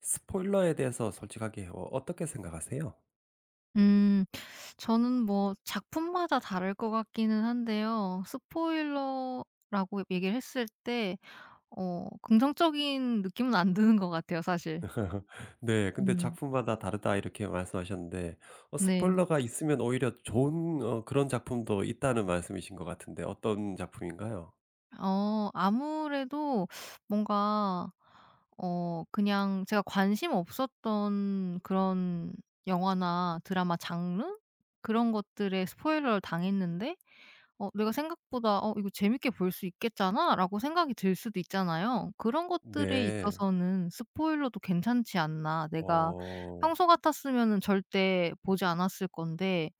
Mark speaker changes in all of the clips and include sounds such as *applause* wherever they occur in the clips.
Speaker 1: 스포일러에 대해서 솔직하게 어떻게 생각하세요?
Speaker 2: 음. 저는 뭐 작품마다 다를 것 같기는 한데요. 스포일러라고 얘기를 했을 때 긍정적인 느낌은 안 드는 것 같아요 사실.
Speaker 1: *laughs* 네. 근데
Speaker 2: 음.
Speaker 1: 작품마다 다르다 이렇게 말씀하셨는데
Speaker 2: 네.
Speaker 1: 스포일러가 있으면 오히려 좋은 그런 작품도 있다는 말씀이신 것 같은데 어떤 작품인가요?
Speaker 2: 아무래도 뭔가 그냥 제가 관심 없었던 그런 영화나 드라마 장르 그런 것들에 스포일러를 당했는데 내가 생각보다 '어 이거 재밌게 볼 수 있겠잖아.'라고 생각이 들 수도 있잖아요. 그런 것들에
Speaker 1: 네.
Speaker 2: 있어서는 스포일러도 괜찮지 않나. 내가
Speaker 1: 어.
Speaker 2: 평소 같았으면은 절대 보지 않았을 건데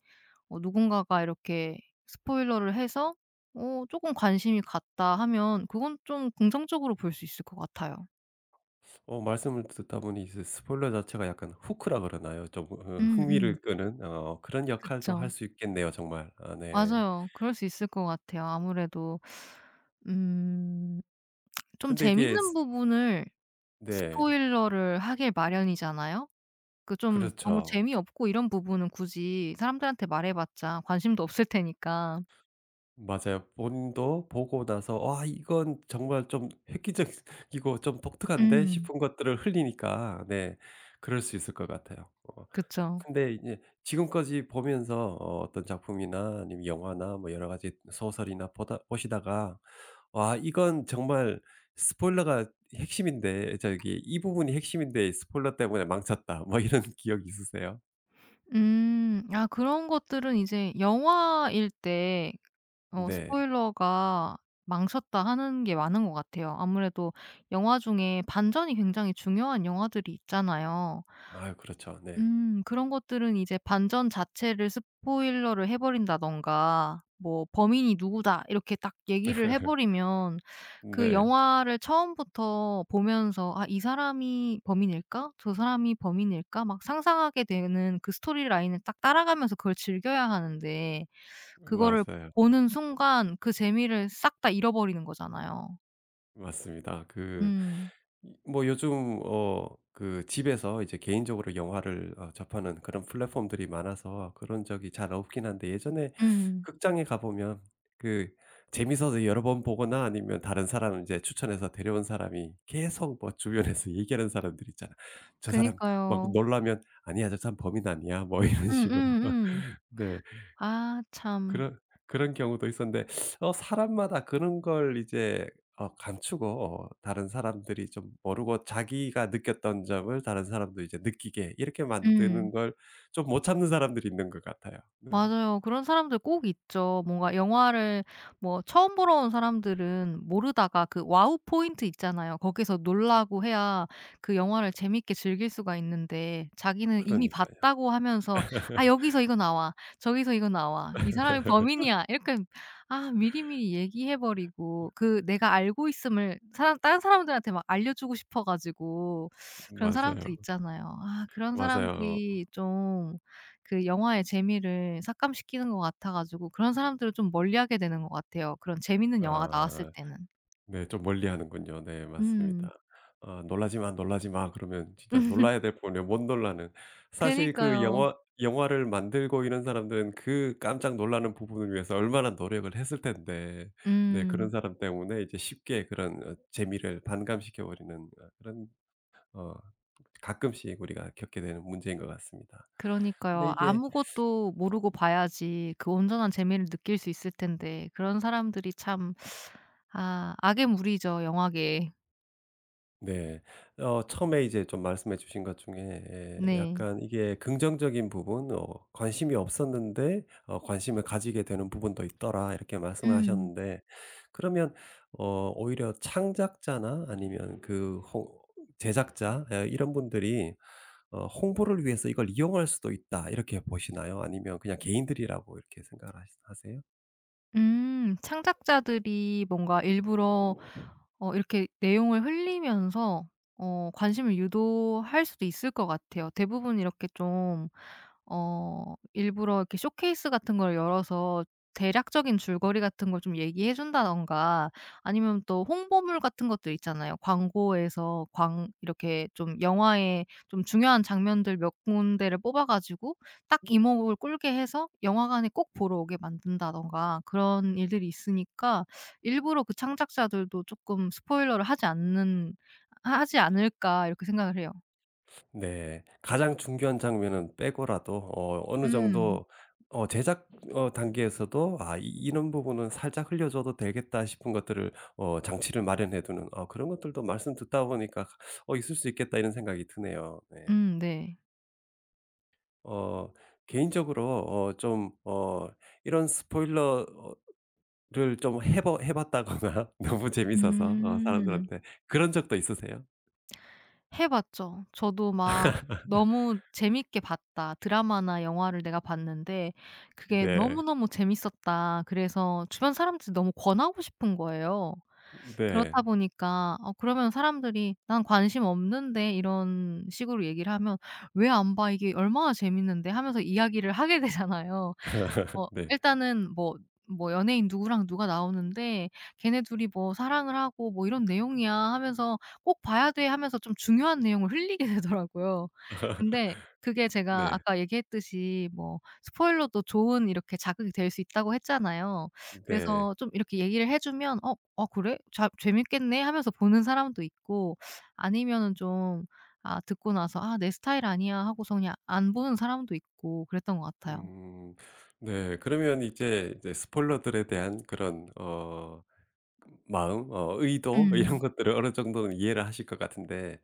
Speaker 2: 누군가가 이렇게 스포일러를 해서 조금 관심이 갔다 하면 그건 좀 긍정적으로 볼 수 있을 것 같아요.
Speaker 1: 말씀을 듣다 보니 이제 스포일러 자체가 약간 후크라 그러나요? 좀
Speaker 2: 음음.
Speaker 1: 흥미를 끄는 그런 역할도 할
Speaker 2: 그쵸.
Speaker 1: 수 있겠네요 정말. 아 네.
Speaker 2: 맞아요. 그럴 수 있을 것 같아요. 아무래도 음 좀
Speaker 1: 근데 이게
Speaker 2: 재밌는
Speaker 1: 스
Speaker 2: 부분을
Speaker 1: 네.
Speaker 2: 스포일러를 하길 마련이잖아요. 그 좀 너무
Speaker 1: 그렇죠.
Speaker 2: 재미없고 이런 부분은 굳이 사람들한테 말해 봤자 관심도 없을 테니까.
Speaker 1: 맞아요. 본인도 보고 나서 '와 이건 정말 좀 획기적이고' *laughs* '좀 독특한데?'
Speaker 2: 음.
Speaker 1: 싶은 것들을 흘리니까, 네, 그럴 수 있을 것 같아요.
Speaker 2: 그쵸.
Speaker 1: 근데 이제 지금까지 보면서 어떤 작품이나 아니면 영화나 뭐 여러 가지 소설이나 보다 보시다가 '와 이건 정말 스포일러가 핵심인데 저기 이 부분이 핵심인데 스포일러 때문에 망쳤다.' 뭐 이런 *laughs* 기억 있으세요?
Speaker 2: 음. 아 그런 것들은 이제 영화일 때
Speaker 1: 네.
Speaker 2: 스포일러가 "망쳤다." 하는 게 많은 것 같아요. 아무래도 영화 중에 반전이 굉장히 중요한 영화들이 있잖아요.
Speaker 1: 아유 그렇죠. 네.
Speaker 2: 그런 것들은 이제 반전 자체를 스포일러를 해 버린다든가 뭐 "범인이 누구다." 이렇게 딱 얘기를 해
Speaker 1: *laughs*
Speaker 2: 버리면 그
Speaker 1: 네.
Speaker 2: 영화를 처음부터 보면서 '아 이 사람이 범인일까? 저 사람이 범인일까?' 막 상상하게 되는 그 스토리 라인을 딱 따라가면서 그걸 즐겨야 하는데 그거를
Speaker 1: 맞아요.
Speaker 2: 보는 순간 그 재미를 싹 다 잃어버리는 거잖아요.
Speaker 1: 맞습니다. 그
Speaker 2: 음.
Speaker 1: 이 뭐 요즘 그 집에서 이제 개인적으로 영화를 접하는 그런 플랫폼들이 많아서 그런 적이 잘 없긴 한데 예전에
Speaker 2: 음.
Speaker 1: 극장에 가 보면 그 재밌어서 여러 번 보거나 아니면 다른 사람 이제 추천해서 데려온 사람이 계속 뭐 주변에서 *laughs* 얘기하는 사람들 있잖아. "저 사람" 막
Speaker 2: 그니까요.
Speaker 1: 놀라면 "아니야. 저 사람 범인 아니야." 뭐 이런 식으로.
Speaker 2: 음음음.
Speaker 1: *laughs* 네.
Speaker 2: 아 참.
Speaker 1: 그런 그런 경우도 있었는데 사람마다 그런 걸 이제 감추고 다른 사람들이 좀 모르고 자기가 느꼈던 점을 다른 사람도 이제 느끼게 이렇게 만드는
Speaker 2: 음.
Speaker 1: 걸 좀 못 참는 사람들이 있는 것 같아요. 네.
Speaker 2: 맞아요. 그런 사람들 꼭 있죠. 뭔가 영화를 뭐 처음 보러 온 사람들은 모르다가 그 와우 포인트 있잖아요. 거기서 놀라고 해야 그 영화를 재밌게 즐길 수가 있는데 자기는 이미
Speaker 1: 그러니까요.
Speaker 2: 봤다고 하면서 '아 여기서 이거 나와. 저기서 이거 나와. 이 사람이
Speaker 1: *laughs*
Speaker 2: 범인이야.' 이렇게 아 미리미리 얘기해 버리고 그 내가 알고 있음을 사람 다른 사람들한테 막 알려주고 싶어 가지고 그런 사람들
Speaker 1: 맞아요.
Speaker 2: 있잖아요. 아 그런
Speaker 1: 맞아요.
Speaker 2: 사람들이 좀 그 영화의 재미를 삭감시키는 것 같아 가지고 그런 사람들을 좀 멀리하게 되는 것 같아요, 그런 재밌는 영화가 나왔을
Speaker 1: 아.
Speaker 2: 때는.
Speaker 1: 네. 좀 멀리하는군요. 네.
Speaker 2: 음.
Speaker 1: 맞습니다. 아 "놀라지 마. 놀라지 마." 그러면 진짜 놀라야
Speaker 2: *laughs*
Speaker 1: 될 뿐이에요. 못 놀라는. 사실 그
Speaker 2: 그니까요.
Speaker 1: 영화를 만들고 이런 사람들은 그 깜짝 놀라는 부분을 위해서 얼마나 노력을 했을 텐데 네 그런
Speaker 2: 음.
Speaker 1: 사람 때문에 이제 쉽게 그런 재미를 반감시켜 버리는 그런 어 가끔씩 우리가 겪게 되는 문제인 것 같습니다. 근데
Speaker 2: 그러니까요.
Speaker 1: 이게.
Speaker 2: 아무것도 모르고 봐야지 그 온전한 재미를 느낄 수 있을 텐데 그런 사람들이 참 아 악의 무리죠, 영화계에.
Speaker 1: 네. 처음에 이제 좀 말씀해 주신 것 중에 예
Speaker 2: 네.
Speaker 1: 약간 이게 긍정적인 부분 관심이 없었는데 관심을 가지게 되는 부분도 있더라 이렇게 말씀을
Speaker 2: 음.
Speaker 1: 하셨는데 그러면 오히려 창작자나 아니면 그 홍 제작자 예 이런 분들이 '홍보를 위해서 이걸 이용할 수도 있다.' 이렇게 보시나요? 아니면 그냥 개인들이라고 이렇게 생각을 하시 하세요?
Speaker 2: 음. 창작자들이 뭔가 일부러 이렇게 내용을 흘리면서 관심을 유도할 수도 있을 것 같아요. 대부분 이렇게 좀 일부러 이렇게 쇼케이스 같은 걸 열어서 대략적인 줄거리 같은 걸 좀 얘기해 준다든가 아니면 또 홍보물 같은 것들 있잖아요. 광고에서 광 이렇게 좀 영화의 좀 중요한 장면들 몇 군데를 뽑아 가지고 딱 이목을 끌게 해서 영화관에 꼭 보러 오게 만든다던가 그런 일들이 있으니까 일부러 그 창작자들도 쪼끔 스포일러를 하지 않는 하 하지 않을까 이렇게 생각을 해요.
Speaker 1: 네. 가장 중요한 장면은 빼고라도 어느
Speaker 2: 음.
Speaker 1: 정도 제작 단계에서도 '아 이 이런 부분은 살짝 흘려줘도 되겠다.' 싶은 것들을 장치를 마련해 두는 그런 것들도 말씀 듣다 보니까 '어 있을 수 있겠다.' 이런 생각이 드네요. 네.
Speaker 2: 네.
Speaker 1: 어 개인적으로 좀 이런 스포일러 를 좀 해봐 해 봤다거나 *laughs* 너무 재밌어서
Speaker 2: 음.
Speaker 1: 사람들한테 그런 적도 있으세요?
Speaker 2: 해 봤죠. 저도 막
Speaker 1: *laughs*
Speaker 2: 너무 재밌게 봤다. 드라마나 영화를 내가 봤는데 그게
Speaker 1: 네.
Speaker 2: 너무너무 재밌었다. 그래서 주변 사람들이 너무 권하고 싶은 거예요.
Speaker 1: 네.
Speaker 2: 그렇다 보니까 그러면 사람들이 "난 관심 없는데." 이런 식으로 얘기를 하면 "왜 안 봐? 이게 얼마나 재밌는데." 하면서 이야기를 하게 되잖아요.
Speaker 1: *laughs* 네.
Speaker 2: 일단은 뭐 연예인 누구랑 누가 나오는데 "걔네 둘이 뭐 사랑을 하고 뭐 이런 내용이야." 하면서 "꼭 봐야 돼." 하면서 좀 중요한 내용을 흘리게 *laughs* 되더라고요. 근데 그게
Speaker 1: *laughs*
Speaker 2: 제가
Speaker 1: 네.
Speaker 2: 아까 얘기했듯이 뭐 스포일러도 좋은 이렇게 자극이 될 수 있다고 했잖아요.
Speaker 1: 네.
Speaker 2: 그래서 좀 이렇게 얘기를 해 주면 '어 어 그래? 자 재밌겠네.' 하면서 보는 사람도 있고 아니면은 좀 아 듣고 나서 '아 내 스타일 아니야.' 하고서 그냥 안 보는 사람도 있고 그랬던 것 같아요.
Speaker 1: 음. 네. 그러면 이제 스포일러들에 대한 그런 마음, 의도 이런
Speaker 2: 음.
Speaker 1: 것들을 어느 정도는 이해를 하실 것 같은데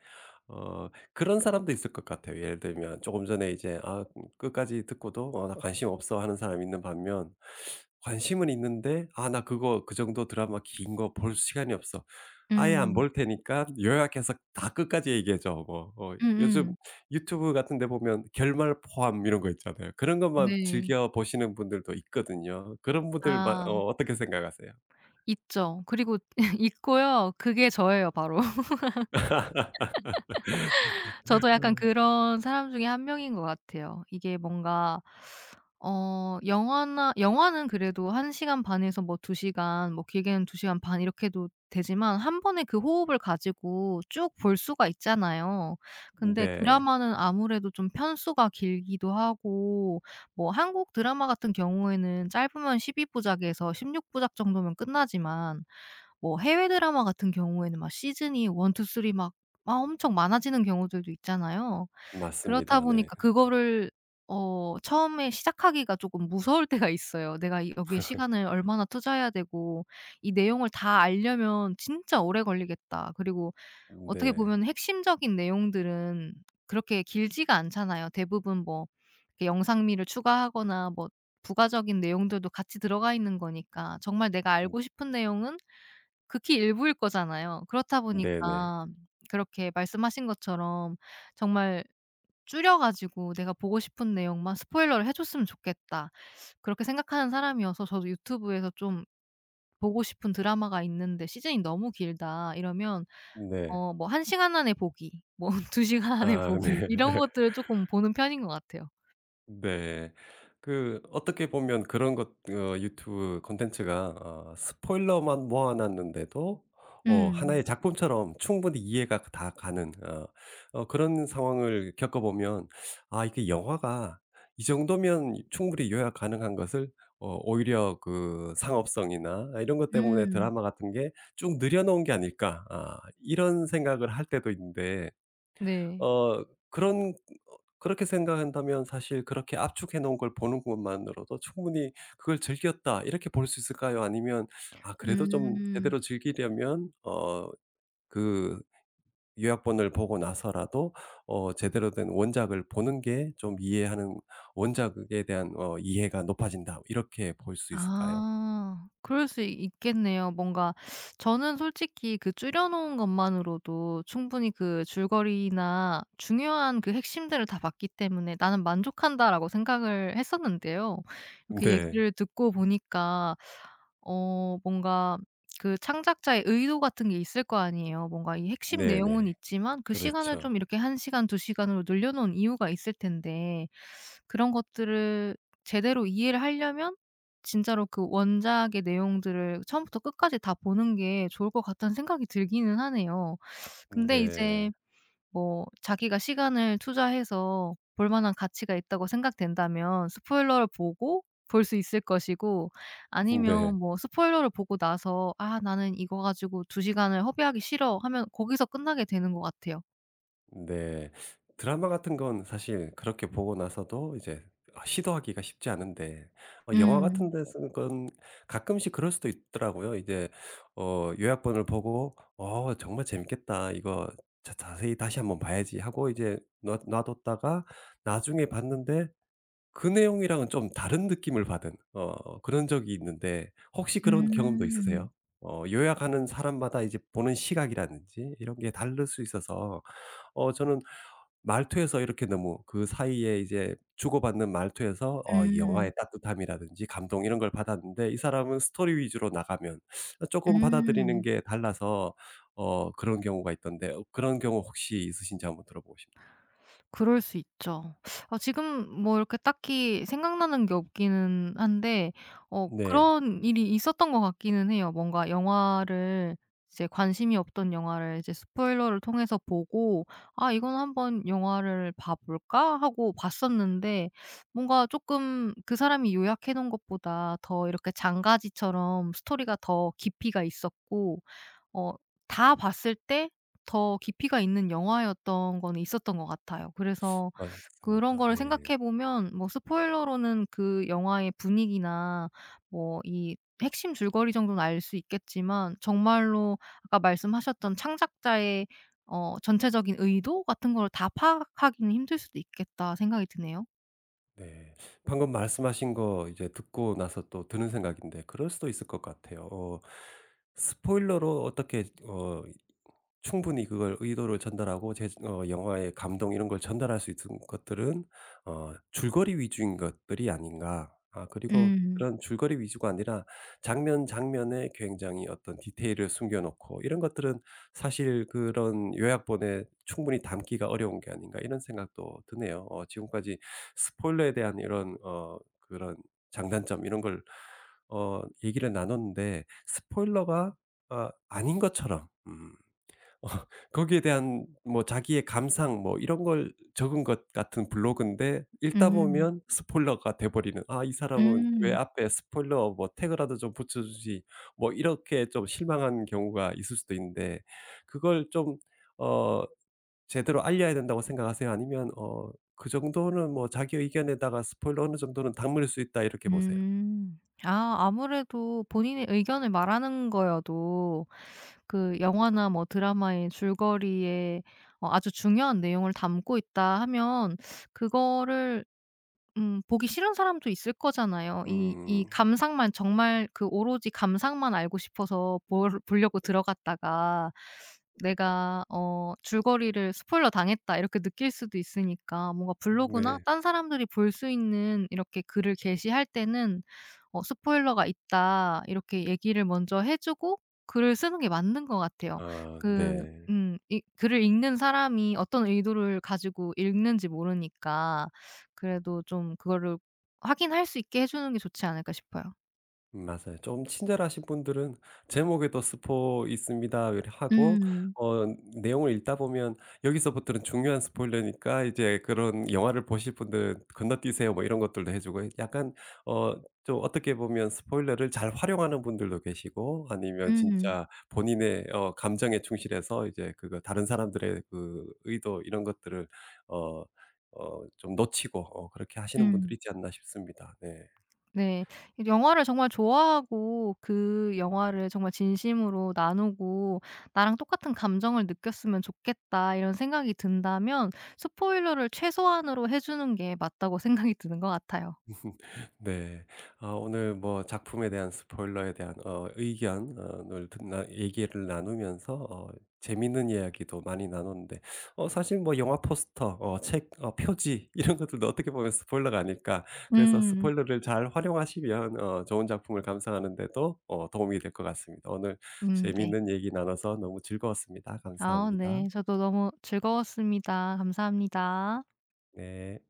Speaker 1: 어 그런 사람도 있을 것 같아요. 예를 들면 조금 전에 이제 끝까지 듣고도 "어 나 관심 없어." 하는 사람 있는 반면 관심은 있는데 "아 나 그거 그 정도 드라마 긴 거 볼 시간이 없어." "아예 안
Speaker 2: 음.
Speaker 1: 볼 테니까 요약해서 다 끝까지 얘기해 줘." 뭐 요즘
Speaker 2: 음음.
Speaker 1: 유튜브 같은 데 보면 결말 포함 이런 거 있잖아요. 그런 것만
Speaker 2: 네.
Speaker 1: 즐겨 보시는 분들도 있거든요. 그런 분들 마
Speaker 2: 아
Speaker 1: 어 어떻게 생각하세요?
Speaker 2: 있죠. 그리고 *laughs* 있고요. 그게 저예요 바로. *laughs* 저도 약간
Speaker 1: *laughs*
Speaker 2: 그런 사람 중에 한 명인 것 같아요. 이게 뭔가 어 영화나 영화는 그래도 1 시간 반에서 뭐 2 시간 뭐 길게는 2 시간 반 이렇게 도 되지만 한 번에 그 호흡을 가지고 쭉 볼 수가 있잖아요. 근데
Speaker 1: 네.
Speaker 2: 드라마는 아무래도 좀 편수가 길기도 하고 뭐 한국 드라마 같은 경우에는 짧으면 12 부작에서 16 부작 정도면 끝나지만 뭐 해외 드라마 같은 경우에는 막 시즌이 1, 2, 3 막 엄청 많아지는 경우들도 있잖아요. 그렇다
Speaker 1: 맞습니다. 네.
Speaker 2: 보니까 그거를 처음에 시작하기가 조금 무서울 때가 있어요. 내가 이 여기에 시간을
Speaker 1: *laughs*
Speaker 2: 얼마나 투자해야 되고 이 내용을 다 알려면 진짜 오래 걸리겠다. 그리고 어떻게
Speaker 1: 네.
Speaker 2: 보면 핵심적인 내용들은 그렇게 길지가 않잖아요. 대부분 뭐 이렇게 영상미를 추가하거나 뭐 부가적인 내용들도 같이 들어가 있는 거니까 정말 내가
Speaker 1: 음
Speaker 2: 알고 싶은 내용은 극히 일부일 거잖아요. 그렇다
Speaker 1: 네네.
Speaker 2: 보니까 그렇게 말씀하신 것처럼 정말 줄여 가지고 '내가 보고 싶은 내용만 스포일러를 해 줬으면 좋겠다.' 그렇게 생각하는 사람이어서 저도 유튜브에서 좀 '보고 싶은 드라마가 있는데 시즌이 너무 길다.' 이러면
Speaker 1: 네.
Speaker 2: 뭐 1시간 안에 보기, 뭐 *laughs* 2시간 안에
Speaker 1: 아
Speaker 2: 보기 이런
Speaker 1: 네.
Speaker 2: 것들을 조금 보는 편인 것 같아요.
Speaker 1: 네. 그 어떻게 보면 그런 것 유튜브 콘텐츠가 스포일러만 모아 놨는데도
Speaker 2: 음.
Speaker 1: 하나의 작품처럼 충분히 이해가 다 가는 그런 상황을 겪어 보면 '아 이게 영화가 이 정도면 충분히 요약 가능한 것을 오히려 그 상업성이나 이런 것 때문에
Speaker 2: 음.
Speaker 1: 드라마 같은 게 쭉 늘여 놓은 게 아닐까.' 아 이런 생각을 할 때도 있는데
Speaker 2: 네.
Speaker 1: 어 그런 그렇게 생각한다면 사실 그렇게 압축해 놓은 걸 보는 것만으로도 충분히 '그걸 즐겼다.' 이렇게 볼 수 있을까요? 아니면 '아 그래도 좀
Speaker 2: 음.
Speaker 1: 제대로 즐기려면 그 요약본을 보고 나서라도 제대로 된 원작을 보는 게 좀 이해하는 원작에 대한 이해가 높아진다.' 이렇게 볼 수 있을까요?
Speaker 2: 아. 그럴 수 있겠네요. 뭔가 저는 솔직히 그 줄여 놓은 것만으로도 충분히 그 줄거리나 중요한 그 핵심들을 다 봤기 때문에 '나는 만족한다.'라고 생각을 했었는데요.
Speaker 1: *laughs*
Speaker 2: 이렇게
Speaker 1: 네.
Speaker 2: 얘기를 듣고 보니까 뭔가 그 창작자의 의도 같은 게 있을 거 아니에요. 뭔가 이 핵심 내용은
Speaker 1: 네네.
Speaker 2: 있지만 그 시간을 좀
Speaker 1: 그렇죠.
Speaker 2: 이렇게 1시간, 두 시간으로 늘려 놓은 이유가 있을 텐데 그런 것들을 제대로 이해를 하려면 진짜로 그 원작의 내용들을 처음부터 끝까지 다 보는 게 좋을 것 같다는 생각이 들기는 하네요. 근데 이제
Speaker 1: 네.
Speaker 2: 뭐 자기가 시간을 투자해서 볼 만한 가치가 있다고 생각된다면 스포일러를 보고 볼 수 있을 것이고
Speaker 1: *laughs* 네.
Speaker 2: 아니면 뭐 스포일러를 보고 나서 '아 나는 이거 가지고 두 시간을 허비하기 싫어.' 하면 거기서 끝나게 되는 것 같아요.
Speaker 1: 네. 드라마 같은 건 사실 그렇게 보고 나서도 이제 아 시도하기가 쉽지 않은데 영화
Speaker 2: 음.
Speaker 1: 같은 데서는 건 가끔씩 그럴 수도 있더라고요. 이제 요약본을 보고 '어 정말 재밌겠다. 이거 자 자세히 다시 한번 봐야지.' 하고 이제 놔 놔뒀다가 나중에 봤는데 그 내용이랑은 좀 다른 느낌을 받은 그런 적이 있는데 혹시 그런 경험도
Speaker 2: 음.
Speaker 1: 있으세요? 요약하는 사람마다 이제 보는 시각이라든지 이런 게 다를 수 있어서 저는 말투에서 이렇게 너무 그 사이에 이제 주고받는 말투에서 이
Speaker 2: 음.
Speaker 1: 영화의 따뜻함이라든지 감동 이런 걸 받았는데 이 사람은 스토리 위주로 나가면 조금 받아들이는
Speaker 2: 음.
Speaker 1: 게 달라서 그런 경우가 있던데 그런 경우 혹시 있으신지 한번 들어보고 싶네요.
Speaker 2: 그럴 수 있죠. 아 지금 뭐 이렇게 딱히 생각나는 게 없기는 한데
Speaker 1: 네.
Speaker 2: 그런 일이 있었던 것 같기는 해요. 뭔가 영화를 이제 관심이 없던 영화를 이제 스포일러를 통해서 보고 '아 이건 한번 영화를 봐 볼까?' 하고 봤었는데 뭔가 조금 그 사람이 요약해 놓은 것보다 더 이렇게 장가지처럼 스토리가 더 깊이가 있었고 어 다 봤을 때 더 깊이가 있는 영화였던 거는 있었던 것 같아요. 그래서 그런
Speaker 1: 맞습니다.
Speaker 2: 거를
Speaker 1: 네.
Speaker 2: 생각해 보면 뭐 스포일러로는 그 영화의 분위기나 뭐 이 핵심 줄거리 정도는 알 수 있겠지만 정말로 아까 말씀하셨던 창작자의 전체적인 의도 같은 걸 다 파악하기는 힘들 수도 있겠다 생각이 드네요.
Speaker 1: 네. 방금 말씀하신 거 이제 듣고 나서 또 드는 생각인데 그럴 수도 있을 것 같아요. 스포일러로 어떻게 충분히 그걸 의도를 전달하고 제어 영화의 감동 이런 걸 전달할 수 있는 것들은 줄거리 위주인 것들이 아닌가. 아 그리고
Speaker 2: 음.
Speaker 1: 그런 줄거리 위주가 아니라 장면 장면에 굉장히 어떤 디테일을 숨겨 놓고 이런 것들은 사실 그런 요약본에 충분히 담기가 어려운 게 아닌가 이런 생각도 드네요. 지금까지 스포일러에 대한 이런 그런 장단점 이런 걸 얘기를 나눴는데 스포일러가 아 아닌 것처럼 *laughs* 어 거기에 대한 뭐 자기의 감상 뭐 이런 걸 적은 것 같은 블로그인데 읽다
Speaker 2: 음.
Speaker 1: 보면 스포일러가 돼 버리는 '아 이 사람은 왜
Speaker 2: 음.
Speaker 1: 앞에 스포일러 뭐 태그라도 좀 붙여 주지.' 뭐 이렇게 좀 실망한 경우가 있을 수도 있는데 그걸 좀어 제대로 알려야 된다고 생각하세요? 아니면 '그 정도는 뭐 자기 의견에다가 스포일러 어느 정도는 담을 수 있다.' 이렇게 보세요?
Speaker 2: 음. 아 아무래도 본인의 의견을 말하는 거여도 그 영화나 뭐 드라마의 줄거리에 아주 중요한 내용을 담고 있다 하면 그거를 보기 싫은 사람도 있을 거잖아요. 이
Speaker 1: 음.
Speaker 2: 감상만 정말 그 오로지 감상만 알고 싶어서 볼 보려고 들어갔다가 '내가 줄거리를 스포일러 당했다.' 이렇게 느낄 수도 있으니까 뭔가 블로그나
Speaker 1: 네.
Speaker 2: 딴 사람들이 볼 수 있는 이렇게 글을 게시할 때는 "스포일러가 있다." 이렇게 얘기를 먼저 해 주고 글을 쓰는 게 맞는 것 같아요.
Speaker 1: 아
Speaker 2: 그
Speaker 1: 네.
Speaker 2: 이 글을 읽는 사람이 어떤 의도를 가지고 읽는지 모르니까. 그래도 좀 그거를 확인할 수 있게 해 주는 게 좋지 않을까 싶어요.
Speaker 1: 맞아요. 좀 친절하신 분들은 제목에도 스포 있습니다. 이렇게 하고
Speaker 2: 음.
Speaker 1: 어 내용을 읽다 보면 "여기서부터는 중요한 스포일러니까 이제 그런 영화를 보실 분들 건너뛰세요." 뭐 이런 것들도 해 주고 약간 어 좀 어떻게 보면 스포일러를 잘 활용하는 분들도 계시고 아니면
Speaker 2: 음.
Speaker 1: 진짜 본인의 감정에 충실해서 이제 그거 다른 사람들의 그 의도 이런 것들을 어 좀 놓치고 그렇게 하시는 분들이
Speaker 2: 음.
Speaker 1: 있지 않나 싶습니다. 네.
Speaker 2: 네. 이 영화를 정말 좋아하고 그 영화를 정말 진심으로 나누고 '나랑 똑같은 감정을 느꼈으면 좋겠다.' 이런 생각이 든다면 스포일러를 최소한으로 해 주는 게 맞다고 *laughs* 생각이 드는 것 같아요.
Speaker 1: 네. 아 오늘 뭐 작품에 대한 스포일러에 대한 의견을 듣나 얘기를 나누면서 재밌는 이야기도 많이 나눴는데 사실 뭐 영화 포스터, 어 책 어 표지 *laughs* 이런 것들도 어떻게 보면 스포일러가 아닐까. 그래서
Speaker 2: 음.
Speaker 1: 스포일러를 잘 활용하시면 좋은 작품을 감상하는 데도 도움이 될 것 같습니다. 오늘 재밌
Speaker 2: 네.
Speaker 1: 는 얘기 나눠서 너무 즐거웠습니다.
Speaker 2: 아
Speaker 1: 감사합니다.
Speaker 2: 네. 저도 너무 즐거웠습니다. 감사합니다.
Speaker 1: 네.